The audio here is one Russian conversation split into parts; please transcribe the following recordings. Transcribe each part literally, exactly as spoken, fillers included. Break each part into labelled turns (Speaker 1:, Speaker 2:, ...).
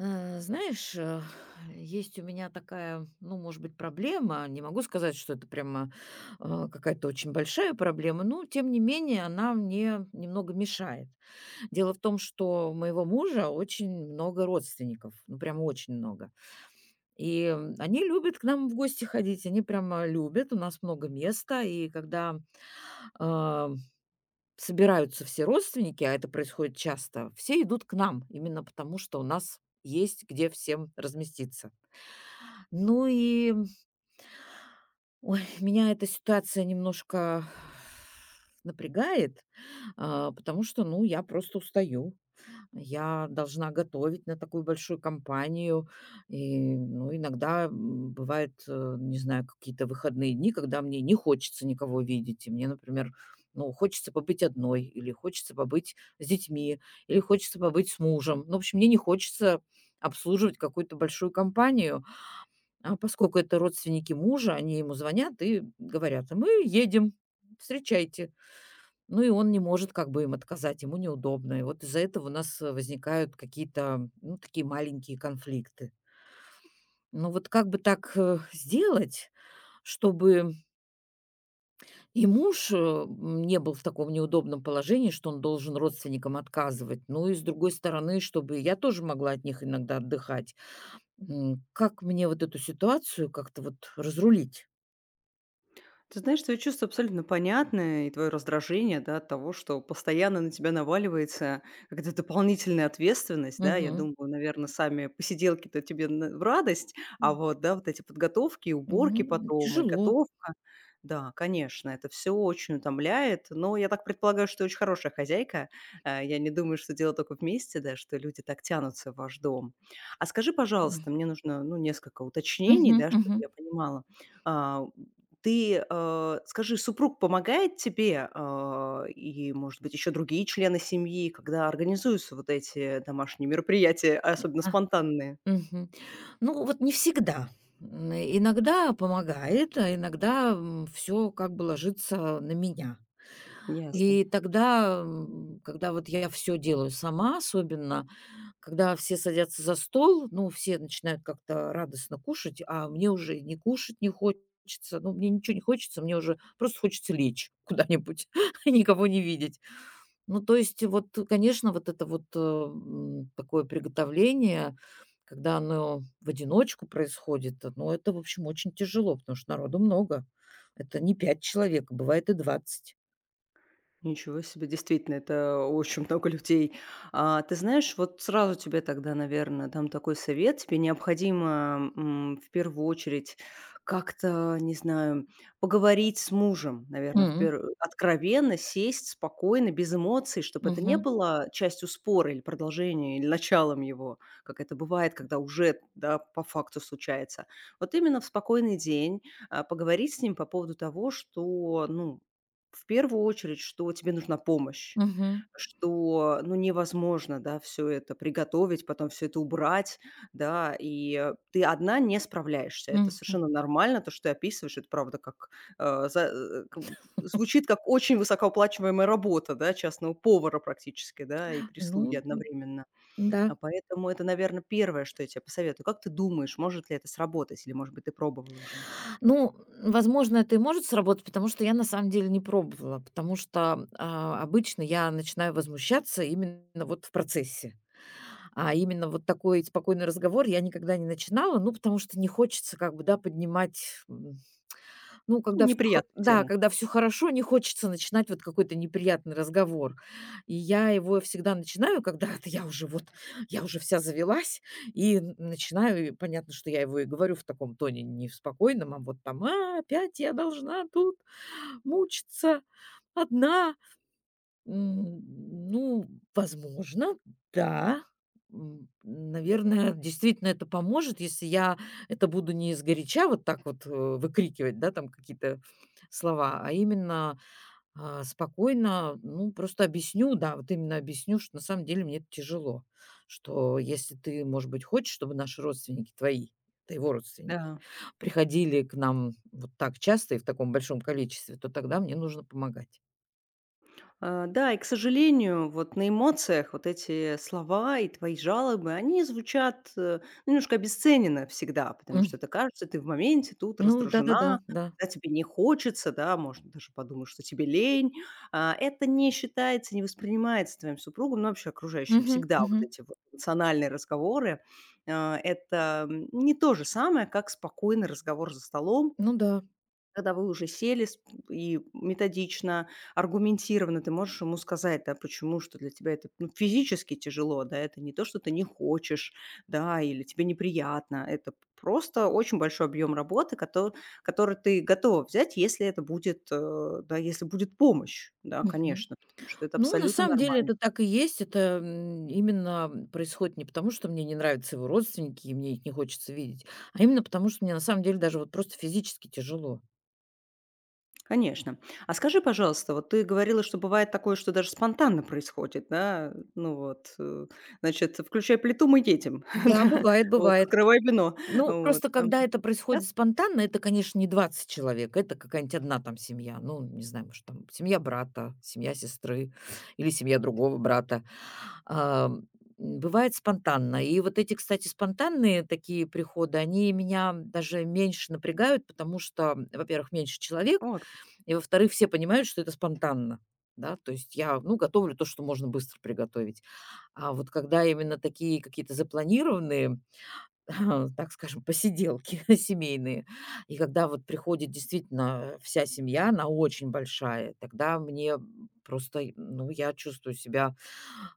Speaker 1: Э, Знаешь, э, есть у меня такая, ну, может быть, проблема. Не могу сказать, что это прямо э, какая-то очень большая проблема, но, тем не менее, она мне немного мешает. Дело в том, что у моего мужа очень много родственников, ну, прямо очень много. И м, они любят к нам в гости ходить, они прямо любят, у нас много места, и когда а, собираются все родственники, а это происходит часто, все идут к нам, именно потому что у нас есть где всем разместиться. Ну и, ой, меня эта ситуация немножко напрягает, а, потому что, ну, я просто устаю. Я должна готовить на такую большую компанию. И, ну, иногда м, бывает, э, не знаю, какие-то выходные дни, когда мне не хочется никого видеть. И мне, например, ну, хочется побыть одной, или хочется побыть с детьми, или хочется побыть с мужем. Ну, в общем, мне не хочется обслуживать какую-то большую компанию, а поскольку это родственники мужа, они ему звонят и говорят: "А мы едем, встречайте". Ну и он не может как бы им отказать, ему неудобно. И вот из-за этого у нас, э, возникают какие-то, ну, такие маленькие конфликты. Ну вот как бы так, э, сделать, чтобы и муж, э, м, не был в таком неудобном положении, что он должен родственникам отказывать. Ну и с другой стороны, чтобы я тоже могла от них иногда отдыхать. М, как мне вот эту ситуацию как-то вот разрулить?
Speaker 2: Ты знаешь, твои чувства абсолютно понятны, и твое раздражение, да, от того, что постоянно на тебя наваливается какая-то дополнительная ответственность, да, я думаю, наверное, сами посиделки-то тебе на- в радость, а
Speaker 1: Мгм.
Speaker 2: вот, да, вот эти подготовки, и
Speaker 1: Ну,
Speaker 2: уборки потом, и
Speaker 1: тяжело.
Speaker 2: готовка, да, конечно, это все очень утомляет, но я так предполагаю, что ты очень хорошая хозяйка, э, я не думаю, что дело только вместе, да, что люди так тянутся в ваш дом. А скажи, пожалуйста,
Speaker 1: М.
Speaker 2: мне нужно, ну, несколько уточнений,
Speaker 1: Мгм,
Speaker 2: да, чтобы
Speaker 1: мгм.
Speaker 2: я понимала, а, ты, э, скажи, супруг помогает тебе, а, и, может быть, еще другие члены семьи, когда организуются вот эти домашние мероприятия, особенно
Speaker 1: А,
Speaker 2: спонтанные?
Speaker 1: мгм. Ну, вот не всегда. М, иногда помогает, а иногда, все как бы ложится на меня.
Speaker 2: Ясно.
Speaker 1: И тогда, м, когда вот я все делаю сама, особенно когда все садятся за стол, ну, все начинают как-то радостно кушать, а мне уже и не кушать не хочется. Ну, мне ничего не хочется, мне уже просто хочется лечь куда-нибудь и никого не видеть. Ну, то есть, вот, конечно, вот это вот, э, м, такое приготовление, когда оно в одиночку происходит, э, ну, это, в общем, очень тяжело, потому что народу много. Это не пять человек, а бывает и двадцать.
Speaker 2: Ничего себе, действительно, это очень много людей. А, ты знаешь, вот сразу тебе тогда, наверное, дам такой совет. Тебе необходимо м, в первую очередь как-то, не знаю, поговорить с мужем, наверное, в
Speaker 1: М,
Speaker 2: пер- откровенно сесть спокойно, без эмоций, чтобы это не
Speaker 1: мгм,
Speaker 2: было частью спора или продолжения, или началом его, как это бывает, когда уже, да, по факту случается. Вот именно в спокойный день а, поговорить с ним по поводу того, что, ну, в первую очередь, что тебе нужна помощь,
Speaker 1: мгм,
Speaker 2: что, ну, невозможно, да, все это приготовить, потом все это убрать, да, и, э, ты одна не справляешься. Это
Speaker 1: мгм.
Speaker 2: совершенно нормально. То, что ты описываешь, это правда как, э, за э, как звучит как очень высокооплачиваемая работа, да, частного повара практически, да, и
Speaker 1: Ну,
Speaker 2: прислуги
Speaker 1: м,
Speaker 2: одновременно.
Speaker 1: да.
Speaker 2: А поэтому это, наверное, первое, что я тебе посоветую. Как ты думаешь, может ли это сработать или, может быть, ты пробовала уже?
Speaker 1: Ну, возможно, это и может сработать, потому что я на самом деле не пробовала, потому что, а, обычно я начинаю возмущаться именно вот в процессе. А именно вот такой спокойный разговор я никогда не начинала, ну, потому что не хочется как бы, да, поднимать, м, ну, когда всё
Speaker 2: Неприятную
Speaker 1: да,
Speaker 2: тему.
Speaker 1: когда все хорошо, не хочется начинать вот какой-то неприятный разговор. И я его всегда начинаю, когда это я уже вот, я уже вся завелась и н начинаю, и понятно, что я его и говорю в таком тоне, не в спокойном, а вот там: "А, опять я должна тут мучиться одна". М, ну, возможно, да. М, наверное, действительно это поможет, если я это буду не изгоряча вот так вот, э, выкрикивать, да, там какие-то слова, а именно, а, спокойно, ну, просто объясню, да, вот именно объясню, что на самом деле мне это тяжело. Что если ты, может быть, хочешь, чтобы наши родственники твои, это его родственники,
Speaker 2: Да.
Speaker 1: приходили к нам вот так часто и в таком большом количестве, то тогда мне нужно помогать.
Speaker 2: А, да, и, к сожалению, вот на эмоциях вот эти слова и твои жалобы, они звучат, э, ну, немножко обесцененно всегда, потому что
Speaker 1: М,
Speaker 2: это кажется, ты в моменте тут
Speaker 1: ну, да-да-да,
Speaker 2: раздражена,
Speaker 1: да.
Speaker 2: да, тебе не хочется, да, можно даже подумать, что тебе лень. А, это не считается, не воспринимается твоим супругом, ну, вообще окружающим.
Speaker 1: Мгм,
Speaker 2: Всегда вот
Speaker 1: мгм.
Speaker 2: эти вот эмоциональные разговоры, а, это м, не то же самое, как спокойный разговор за столом,
Speaker 1: Ну да.
Speaker 2: когда вы уже сели с и методично, аргументированно ты можешь ему сказать, да, почему, что для тебя это, ну, физически тяжело, да, это не то, что ты не хочешь, да, или тебе неприятно. Это просто очень большой объем работы, кото который ты готова взять, если это будет, э, да, если будет помощь. Да,
Speaker 1: Мгм.
Speaker 2: конечно, потому что это
Speaker 1: Ну, на
Speaker 2: абсолютно
Speaker 1: самом деле
Speaker 2: нормально.
Speaker 1: это так и есть. Это, м, именно, м, происходит не потому, что мне не нравятся его родственники и мне их не хочется видеть, а именно потому, что мне на самом деле даже вот просто физически тяжело.
Speaker 2: Конечно. А скажи, пожалуйста, вот ты говорила, что бывает такое, что даже спонтанно происходит, да? Ну вот, э, значит, включай плиту, мы едем,
Speaker 1: Да,
Speaker 2: да,
Speaker 1: бывает,
Speaker 2: вот,
Speaker 1: бывает.
Speaker 2: открывай вино,
Speaker 1: Ну,
Speaker 2: вот,
Speaker 1: просто
Speaker 2: эм,
Speaker 1: когда это
Speaker 2: да,
Speaker 1: происходит спонтанно, это, конечно, не двадцать человек, это какая-нибудь одна там семья. Ну, не знаю, может, там семья брата, семья сестры или семья другого брата. А, м, Бывает спонтанно. И вот эти, кстати, спонтанные такие приходы, они меня даже меньше напрягают, потому что, во-первых, меньше человек,
Speaker 2: вот,
Speaker 1: и, во-вторых, все понимают, что это спонтанно. Да, то есть я, ну, готовлю то, что можно быстро приготовить. А вот когда именно такие какие-то запланированные, так скажем, посиделки семейные. И когда вот приходит действительно вся семья, она очень большая, тогда мне, просто, ну, я чувствую себя,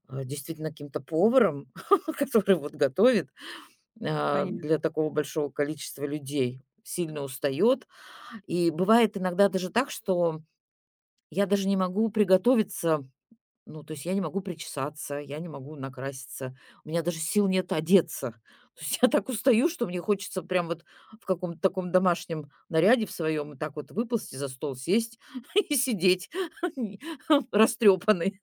Speaker 1: э, действительно каким-то поваром, который вот готовит, а,
Speaker 2: понятно.
Speaker 1: для такого большого количества людей. Сильно устаёт. И бывает иногда даже так, что я даже не могу приготовиться. Ну, то есть я не могу причесаться, я не могу накраситься, у меня даже сил нет одеться. То есть я так устаю, что мне хочется прям вот в каком-то таком домашнем наряде в своем, и так вот выползти за стол, сесть и сидеть растрепанный.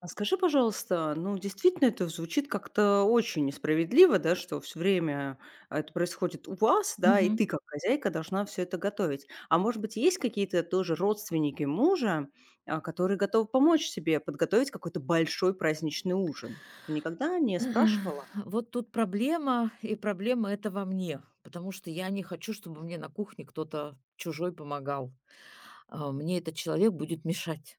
Speaker 2: А скажи, пожалуйста, ну, действительно, это звучит как-то очень несправедливо, да, что все время это происходит у вас, да, и
Speaker 1: Мгм.
Speaker 2: ты как хозяйка должна все это готовить. А может быть, есть какие-то тоже родственники мужа, а, которые готовы помочь тебе подготовить какой-то большой праздничный ужин? Ты никогда не спрашивала?
Speaker 1: Эх, вот тут проблема, и проблема это во мне, потому что я не хочу, чтобы мне на кухне кто-то чужой помогал. А, Мне этот человек будет мешать.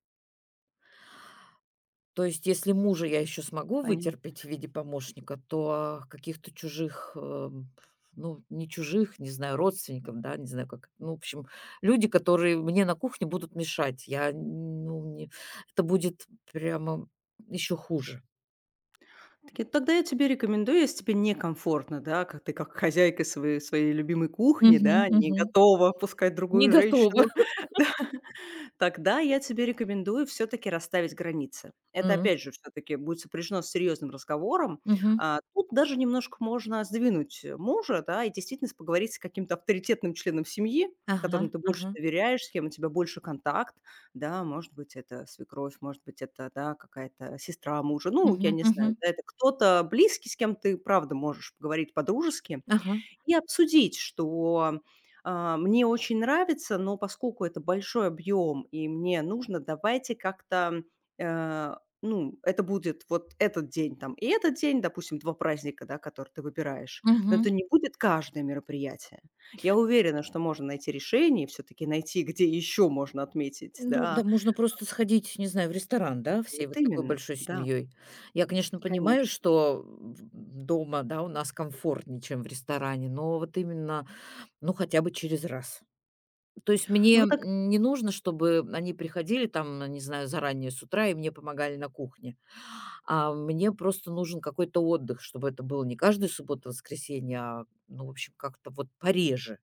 Speaker 1: То есть, если мужа я еще смогу вытерпеть в виде помощника, то а, каких-то чужих, эм, ну, не чужих, не знаю, родственников, да, не знаю, как. Ну, в общем, люди, которые мне на кухне будут мешать. Я, ну, не, это будет прямо еще хуже.
Speaker 2: Такие: "Тогда я тебе рекомендую, если тебе некомфортно, да, как ты как хозяйка своей своей любимой кухни,
Speaker 1: Мгм,
Speaker 2: да, не
Speaker 1: мгм.
Speaker 2: готова пускать
Speaker 1: Не
Speaker 2: другую
Speaker 1: готова.
Speaker 2: женщину, да, тогда я тебе рекомендую все таки расставить границы". Это,
Speaker 1: М,
Speaker 2: опять же, все таки будет сопряжено с серьезным разговором.
Speaker 1: мгм.
Speaker 2: А, тут даже немножко можно сдвинуть, э, мужа, да, и действительно поговорить с каким-то авторитетным членом семьи,
Speaker 1: Ага,
Speaker 2: которому ты больше
Speaker 1: ага.
Speaker 2: доверяешь, с кем у тебя больше контакт. Да, может быть, это свекровь, может быть, это, да, какая-то сестра мужа. Ну, я
Speaker 1: Мгм,
Speaker 2: не знаю,
Speaker 1: мгм.
Speaker 2: да, это кто-то близкий, с кем ты, правда, можешь поговорить по-дружески
Speaker 1: Ага.
Speaker 2: и обсудить, что а, мне очень нравится, но поскольку это большой объем и мне нужно, давайте как-то, э, ну, это будет вот этот день там и этот день, допустим, два праздника, да, которые ты выбираешь, но это
Speaker 1: Мгм.
Speaker 2: не будет каждое мероприятие. Я уверена, что можно найти решение, все-таки найти, где еще можно отметить,
Speaker 1: Ну да,
Speaker 2: да,
Speaker 1: можно просто сходить, не знаю, в ресторан, да, всей
Speaker 2: вот
Speaker 1: вот такой
Speaker 2: именно,
Speaker 1: большой
Speaker 2: да,
Speaker 1: семьей. Я, конечно, понимаю,
Speaker 2: конечно.
Speaker 1: что в- дома, да, у нас комфортнее, чем в ресторане, но вот именно, ну, хотя бы через раз. То есть мне
Speaker 2: Ну, вот так
Speaker 1: м, не нужно, чтобы они приходили там, ну, не знаю, заранее с утра и мне помогали на кухне. А мне просто нужен какой-то отдых, чтобы это было не каждую субботу, воскресенье, а, ну, в общем, как-то вот пореже.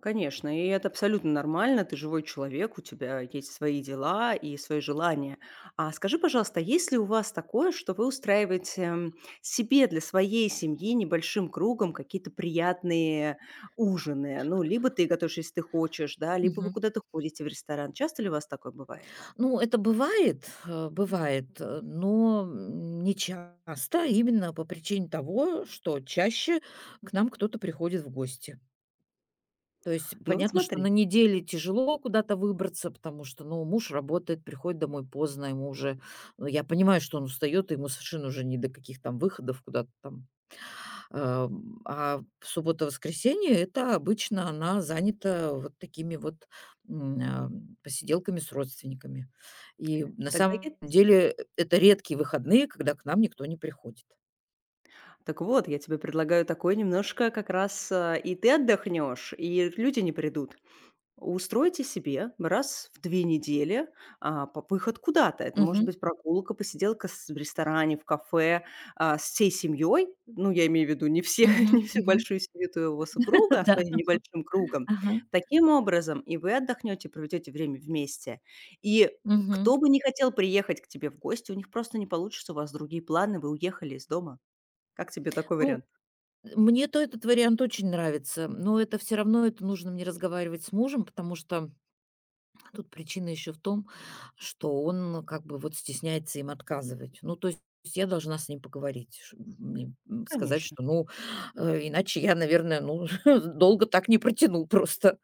Speaker 2: конечно, и это абсолютно нормально. Ты живой человек, у тебя есть свои дела и свои желания. А скажи, пожалуйста, есть ли у вас такое, что вы устраиваете, м, себе для своей семьи небольшим кругом какие-то приятные ужины? Ну, либо ты готовишь, если ты хочешь, да, либо вы куда-то ходите в ресторан. Часто ли у вас такое бывает?
Speaker 1: Ну, это бывает, э, бывает, э, но, м, не часто, именно по причине того, что чаще к нам кто-то приходит в гости. То есть
Speaker 2: Ну, вот
Speaker 1: понятно, что
Speaker 2: смотри,
Speaker 1: на неделе тяжело куда-то выбраться, потому что, ну, муж работает, приходит домой поздно, ему уже, ну, я понимаю, что он устает, и ему совершенно уже не до каких там выходов куда-то там. Ам, а в субботу-воскресенье- это обычно она занята вот такими вот, м, а, посиделками с родственниками. И на
Speaker 2: тогда я
Speaker 1: самом деле это редкие выходные, когда к нам никто не приходит.
Speaker 2: так вот, я тебе предлагаю такое немножко как раз, а, и ты отдохнешь, и люди не придут. Устройте себе раз в две недели, а, по выход куда-то. Это может
Speaker 1: Мгм,
Speaker 2: быть прогулка, посиделка с в ресторане, в кафе, а, с всей семьей. Ну, я имею в виду не всех,
Speaker 1: мгм,
Speaker 2: не всю
Speaker 1: мгм.
Speaker 2: большую семью твоего супруга, а
Speaker 1: Да,
Speaker 2: своим небольшим кругом.
Speaker 1: ага,
Speaker 2: Таким образом и вы отдохнете, проведете время вместе. И
Speaker 1: мгм.
Speaker 2: кто бы не хотел приехать к тебе в гости, у них просто не получится, у вас другие планы, вы уехали из дома. Как тебе такой
Speaker 1: Ну,
Speaker 2: вариант?
Speaker 1: мне-то этот вариант очень нравится, но это все равно это нужно мне разговаривать с мужем, потому что тут причина еще в том, что он как бы вот стесняется им отказывать. Ну, то есть я должна с ним поговорить, ш- мне, м, сказать,
Speaker 2: Конечно.
Speaker 1: что, ну, э, иначе я, наверное, ну, долго так не протяну просто.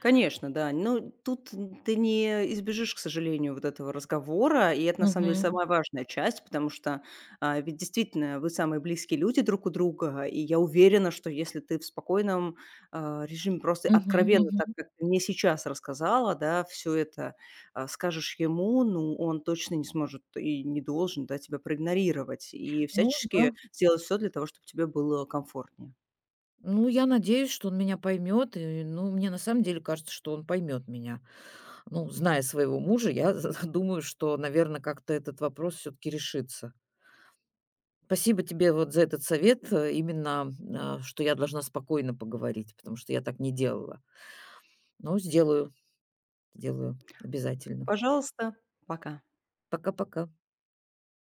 Speaker 2: Конечно, да. Ну, тут н ты не избежишь, к сожалению, вот этого разговора. И это, на самом деле,
Speaker 1: Мгм.
Speaker 2: самая важная часть, потому что, а, ведь действительно вы самые близкие люди друг у друга. И я уверена, что если ты в спокойном, а, режиме просто
Speaker 1: Мгм.
Speaker 2: откровенно, так
Speaker 1: Мгм.
Speaker 2: как ты мне сейчас рассказала, да, все это, а, скажешь ему, ну, он точно не сможет и не должен, да, тебя проигнорировать. И
Speaker 1: Ну
Speaker 2: всячески
Speaker 1: да.
Speaker 2: сделать все для того, чтобы тебе было комфортнее.
Speaker 1: Ну, я надеюсь, что он меня поймет. И, ну, мне на самом деле кажется, что он поймет меня. Ну, зная своего мужа, я думаю, что, наверное, как-то этот вопрос все-таки решится. Спасибо тебе вот за этот совет, э, именно, а, что я должна спокойно поговорить, потому что я так не делала. Но сделаю, сделаю обязательно.
Speaker 2: Пожалуйста, пока.
Speaker 1: Пока-пока.